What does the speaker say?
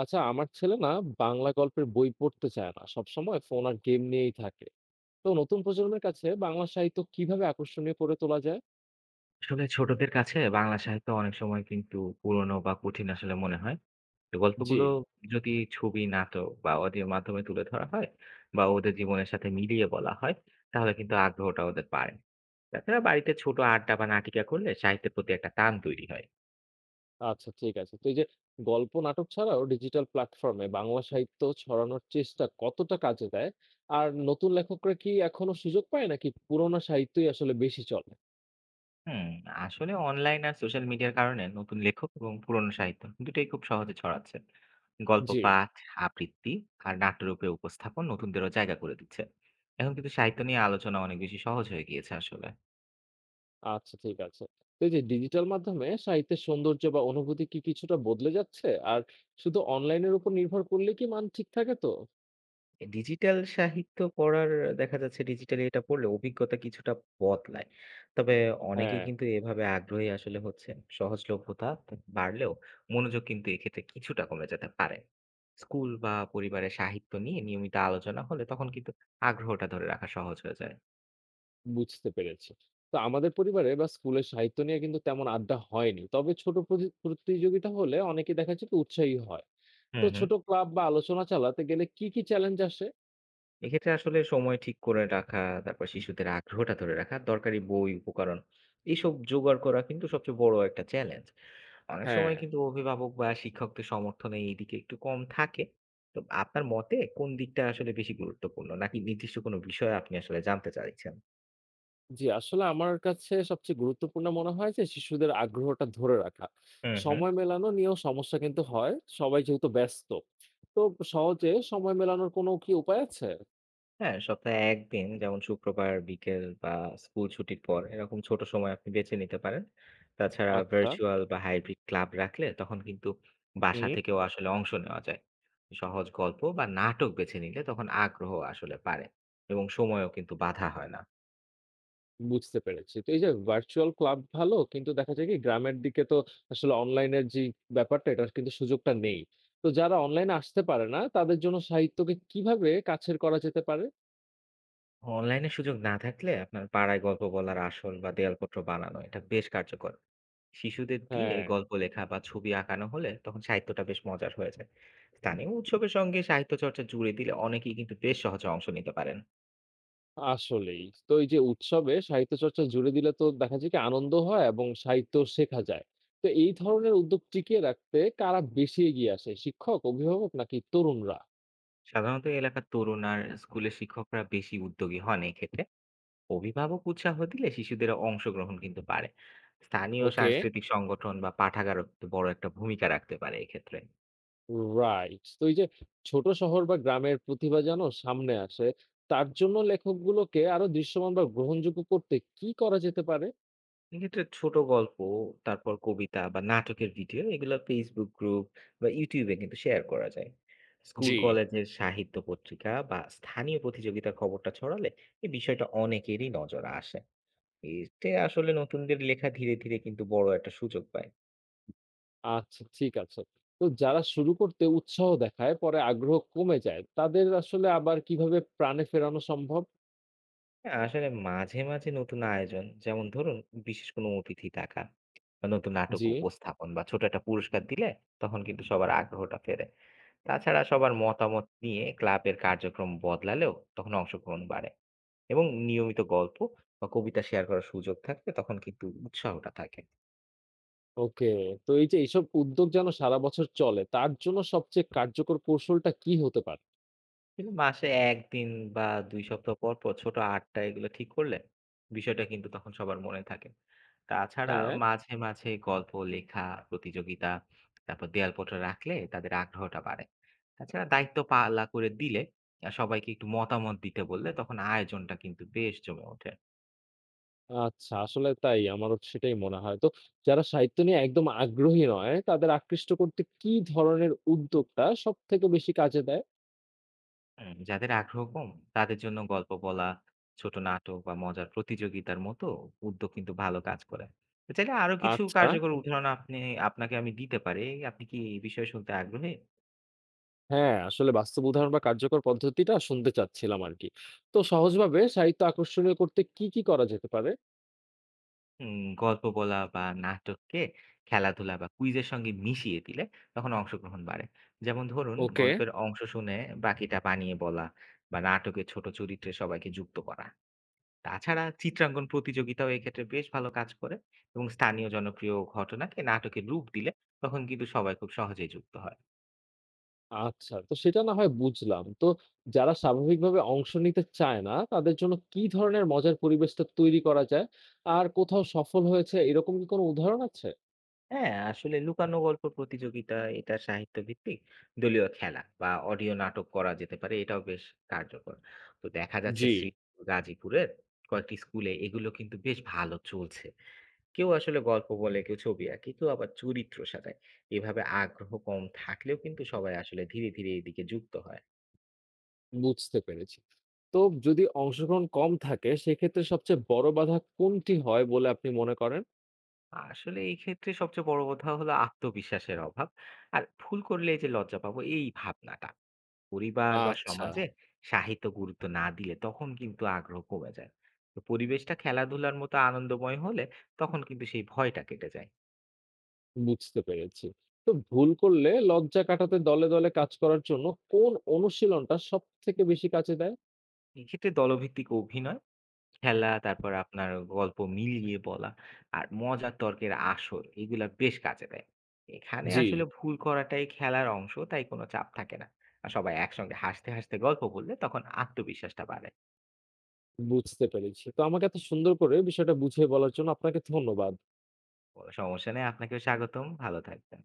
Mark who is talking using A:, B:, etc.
A: আচ্ছা আমার ছেলে না বাংলা গল্পের বই পড়তে চায় না, সবসময় ফোন আর গেম নিয়েই থাকে। তো নতুন প্রজন্মের কাছে বাংলা সাহিত্য কিভাবে আকর্ষণীয় করে তোলা যায়?
B: আসলে ছোটদের কাছে বাংলা সাহিত্য অনেক সময় কিন্তু পুরনো বা কঠিন আসলে মনে হয়। তো
A: জি।
B: গল্পগুলো যদি ছবি, নাটক বা অডিওর মাধ্যমে তুলে ধরা হয় বা ওদের জীবনের সাথে মিলিয়ে বলা হয়, তাহলে কিন্তু আগ্রহটা ওদের বাড়ে। তাছাড়া বাড়িতে ছোট আড্ডা বা নাটিকা করলে সাহিত্যের প্রতি একটা টান তৈরি হয়।
A: আচ্ছা, ঠিক আছে। তো এই যে গল্প নাটক ছাড়াও ডিজিটাল প্ল্যাটফর্মে বাংলা সাহিত্য ছড়ানোর চেষ্টা কতটা কাজে দেয়, আর নতুন লেখকরা কি এখনো সুযোগ পায় নাকি পুরোনো সাহিত্যই আসলে বেশি চলে?
B: হুম, আসলে অনলাইন আর সোশ্যাল মিডিয়ার কারণে নতুন লেখক এবং পুরনো সাহিত্য দুটোই খুব সহজে ছড়াচ্ছে। গল্প
A: জি।
B: পাঠ, আবৃত্তি আর নাট্যরূপে উপস্থাপন নতুনদেরও জায়গা করে দিচ্ছে। এখন কিন্তু সাহিত্য নিয়ে আলোচনা অনেক বেশি সহজ হয়ে গিয়েছে আসলে।
A: আচ্ছা, ঠিক আছে। তো এই যে ডিজিটাল মাধ্যমে সাহিত্যের সৌন্দর্য বা অনুভূতি কি কিছুটা বদলে যাচ্ছে, আর শুধু অনলাইনের উপর নির্ভর করলে কি মান ঠিক থাকে? তো
B: ডিজিটাল সাহিত্য পড়ার দেখা যাচ্ছে ডিজিটালি এটা পড়লে অভিজ্ঞতা কিছুটা বদলায়। তবে
A: হ্যাঁ,
B: অনেকেই কিন্তু এভাবে আগ্রহী আসলে হচ্ছেন। সহজলভ্যতা বাড়লেও মনোযোগ কিন্তু এক্ষেত্রে কিছুটা কমে যেতে পারে। স্কুল বা পরিবারে সাহিত্য নিয়ে নিয়মিত আলোচনা হলে তখন কিন্তু আগ্রহটা ধরে রাখা সহজ হয়ে যায়।
A: বুঝতে পেরেছি। তো আমাদের পরিবারে বা স্কুলে সাহিত্য নিয়ে কিন্তু তেমন আড্ডা হয়নি। তবে ছোট প্রতি প্রতিযোগিতা হলে অনেকেই দেখা যায় কি উৎসাহী হয়। তো
B: হুম, হুম।
A: ছোট ক্লাব বা আলোচনা চালাতে গেলে কি, কি চ্যালেঞ্জ আসে?
B: এক্ষেত্রে আসলে সময় ঠিক করে রাখা, তারপর শিশুদের আগ্রহটা ধরে রাখা, দরকারি বই, উপকরণ এইসব জোগাড় করা কিন্তু সবচেয়ে বড় একটা চ্যালেঞ্জ। অনেক
A: হ্যাঁ,
B: সময় কিন্তু অভিভাবক বা শিক্ষকদের সমর্থনে এই দিকে একটু কম থাকে। তো আপনার মতে কোন দিকটা আসলে বেশি গুরুত্বপূর্ণ? নাকি নির্দিষ্ট কোনো বিষয় আপনি আসলে জানতে চাইছেন?
A: জি, আসলে আমার কাছে সবচেয়ে গুরুত্বপূর্ণ মনে হয় যে শিশুদের আগ্রহটা ধরে রাখা।
B: হুম, হুম।
A: সময় মেলানো নিয়েও সমস্যা কিন্তু হয়। সবাই যেহেতু ব্যস্ত। তো সহজে সময় মেলানোর কোনো কি উপায় আছে?
B: হ্যাঁ, সপ্তাহে ১ দিন যেমন শুক্রবার বিকেল বা স্কুল ছুটির পর এরকম ছোট সময় আপনি বেছে নিতে পারেন। তাছাড়া
A: আচ্ছা,
B: ভার্চুয়াল বা হাইব্রিড ক্লাব রাখলে তখন কিন্তু বাসা
A: হুম।
B: থেকেও আসলে অংশ নেওয়া যায়। সহজ গল্প বা নাটক বেছে নিলে তখন আগ্রহ আসলে বাড়ে এবং সময়ও কিন্তু বাধা হয় না।
A: বুঝতে পেরেছি। তো এই যে ভার্চুয়াল ক্লাব ভালো, কিন্তু দেখা যায় কি গ্রামের দিকে তো আসলে অনলাইনের যে ব্যাপারটা, এটার কিন্তু সুযোগটা নেই। তো যারা অনলাইনে আসতে পারে না তাদের জন্য সাহিত্যকে কিভাবে কাছের করা যেতে পারে?
B: অনলাইনে সুযোগ না থাকলে আপনার পাড়ায় গল্প বলার আসর বা দেয়ালপত্র বানানো এটা বেশ কার্যকর। শিশুদের দিয়ে
A: হ্যাঁ,
B: গল্প লেখা বা ছবি আঁকানো হলে তখন সাহিত্যটা বেশ মজার হয়ে যায়। স্থানীয় উৎসবের সঙ্গে সাহিত্য চর্চা জুড়ে দিলে অনেকেই কিন্তু বেশ সহজে অংশ নিতে পারেন।
A: আসলেই। তো এই যে উৎসবে সাহিত্য চর্চা জুড়ে দিলে তো দেখা যায় কি আনন্দ হয় এবং সাহিত্য শেখা যায়। তো এই ধরনের উদ্যোগ টিকিয়ে রাখতে কারা বেশি এগিয়ে আসে? শিক্ষক, অভিভাবক নাকি তরুণরা?
B: সাধারণত এলাকার তরুণ আর স্কুলের শিক্ষকরা বেশি উদ্যোগী হন এক্ষেত্রে। অভিভাবক উৎসাহ দিলে শিশুদের অংশগ্রহণ কিন্তু বাড়ে। স্থানীয়
A: ওকে।
B: সাংস্কৃতিক সংগঠন বা পাঠাগারও কিন্তু বড় একটা ভূমিকা রাখতে পারে এক্ষেত্রে।
A: রাইট। তো এই যে ছোট শহর বা গ্রামের প্রতিভা যেন সামনে আসে, তার জন্য লেখকগুলোকে আরো দৃশ্যমান বা গ্রহণযোগ্য করতে কি করা যেতে পারে?
B: এক্ষেত্রে ছোট গল্প, তারপর কবিতা বা নাটকের ভিডিও এগুলো ফেসবুক গ্রুপ বা ইউটিউবে কিন্তু শেয়ার করা যায়। স্কুল,
A: জি।
B: জি, কলেজের সাহিত্য পত্রিকা বা স্থানীয় প্রতিযোগিতার খবরটা ছড়ালে এই বিষয়টা অনেকেরই নজরে আসে। এতে আসলে নতুনদের লেখা ধীরে ধীরে কিন্তু বড় একটা সুযোগ পায়।
A: আচ্ছা, ঠিক আছে। তো যারা শুরু করতে উৎসাহ দেখায়, পরে আগ্রহ কমে যায়, তাদের আসলে আবার কিভাবে প্রাণে ফেরানো সম্ভব?
B: হ্যাঁ, আসলে মাঝে মাঝে নতুন আয়োজন যেমন ধরুন বিশেষ কোনো অতিথি ডাকা বা নতুন নাটক
A: জি।
B: উপস্থাপন বা ছোট একটা পুরস্কার দিলে তখন কিন্তু সবার আগ্রহটা ফেরে। তাছাড়া সবার মতামত নিয়ে ক্লাবের কার্যক্রম বদলালেও তখন অংশগ্রহণ বাড়ে এবং নিয়মিত গল্প বা কবিতা শেয়ার করার সুযোগ থাকলে তখন কিন্তু উৎসাহটা থাকে।
A: ওকে। তো এই যে এইসব উদ্যোগ যেন সারা বছর চলে, তার জন্য সবচেয়ে কার্যকর কৌশলটা কি হতে পারে?
B: কিন্তু মাসে একদিন বা দুই সপ্তাহ পর পর ছোট আড্ডা এগুলো ঠিক করলে বিষয়টা কিন্তু তখন সবার মনে থাকে। তাছাড়া
A: হ্যাঁ।
B: মাঝে মাঝে গল্প লেখা প্রতিযোগিতা তারপর দেয়ালপত্র রাখলে তাদের আগ্রহটা বাড়ে। তাছাড়া দায়িত্ব পালা করে দিলে সবাইকে একটু মতামত দিতে বললে তখন আয়োজনটা কিন্তু বেশ জমে ওঠে।
A: আচ্ছা, আসলে তাই। আমারও সেটাই মনে হয়। তো যারা সাহিত্য নিয়ে একদম আগ্রহী নয়, তাদের আকৃষ্ট করতে কি ধরনের উদ্যোগটা সবথেকে বেশি কাজে দেয়?
B: হুম, যাদের আগ্রহ কম তাদের জন্য গল্প বলা ছোট নাটক বা মজার প্রতিযোগিতার মতো উদ্যোগ কিন্তু ভালো কাজ করে। তো চাইলে আরো কিছু
A: আচ্ছা।
B: কার্যকর উদাহরণ আপনি আপনাকে আমি দিতে পারি। আপনি কি এই বিষয়ে শুনতে আগ্রহী?
A: হ্যাঁ, আসলে বাস্তব উদাহরণ বা কার্যকর পদ্ধতিটা শুনতে চাচ্ছিলাম আরকি। তো সহজভাবে সাহিত্য আকর্ষণীয় করতে কি, কি করা যেতে পারে?
B: গল্প বলা বা নাটককে খেলাধুলা বা কুইজের সঙ্গে মিশিয়ে দিলে তখন অংশগ্রহণ বাড়ে। যেমন ধরুন
A: ওকে।
B: গল্পের অংশ শুনে বাকিটা বানিয়ে বলা বা নাটকের ছোট চরিত্রে সবাইকে যুক্ত করা। তাছাড়া চিত্রাঙ্কন প্রতিযোগিতাও এক্ষেত্রে বেশ ভালো কাজ করে এবং স্থানীয় জনপ্রিয় ঘটনাকে নাটকের রূপ দিলে তখন কিন্তু সবাই খুব সহজেই যুক্ত হয়।
A: আচ্ছা, তো সেটা না হয় বুঝলাম। তো যারা স্বাভাবিকভাবে অংশ নিতে চায় না, তাদের জন্য কি ধরনের মজার পরিবেশটা তৈরি করা যায়? আর কোথাও সফল হয়েছে এরকম কি কোনো উদাহরণ আছে?
B: হ্যাঁ, আসলে লুকানো গল্প প্রতিযোগিতা এটা সাহিত্য ভিত্তিক দলীয় খেলা বা অডিও নাটক করা যেতে পারে, এটাও বেশ কার্যকর। তো দেখা যাচ্ছে
A: জি।
B: শ্রী গাজীপুরের কয়েকটি স্কুলে এগুলো কিন্তু বেশ ভালো চলছে। কেউ আসলে গল্প বলে, কেউ ছবি আঁকে, কেউ আবার চরিত্র সাজায়। এভাবে আগ্রহ কম থাকলেও কিন্তু সবাই আসলে ধীরে ধীরে এদিকে যুক্ত হয়।
A: বুঝতে পেরেছি। তো যদি অংশগ্রহণ কম থাকে সেক্ষেত্রে সবচেয়ে বড় বাধা কোনটি হয় বলে আপনি মনে করেন?
B: আসলে এই ক্ষেত্রে সবচেয়ে বড় কথা হলো আত্মবিশ্বাসের অভাব। আর ভুল করলে এই যে লজ্জা পাবো এই ভাবনাটা, পরিবার বা
A: আচ্ছা।
B: সমাজে সাহিত্য গুরুত্ব না দিলে তখন কিন্তু আগ্রহ কমে যায়। তো পরিবেশটা খেলাধুলার মতো আনন্দময় হলে তখন কিন্তু সেই ভয়টা কেটে যায়।
A: বুঝতে পেরেছি। তো ভুল করলে লজ্জা কাটাতে দলে, দলে কাজ করার জন্য কোন অনুশীলনটা সবথেকে বেশি কাজে দেয়?
B: এক্ষেত্রে দলভিত্তিক অভিনয় খেলা, তারপর আপনার গল্প মিলিয়ে বলা আর মজার তর্কের আসর এগুলা বেশ কাজে দেয়। এখানে
A: জি।
B: আসলে ভুল করাটাই খেলার অংশ, তাই কোনো চাপ থাকে না। আর সবাই একসঙ্গে হাসতে, হাসতে গল্প বললে তখন আত্মবিশ্বাসটা বাড়ে।
A: বুঝতে পেরেছি। তো আমাকে এত সুন্দর করে বিষয়টা বুঝিয়ে বলার জন্য আপনাকে ধন্যবাদ।
B: কোনো সমস্যা নেই, আপনাকেও স্বাগতম। ভালো থাকবেন।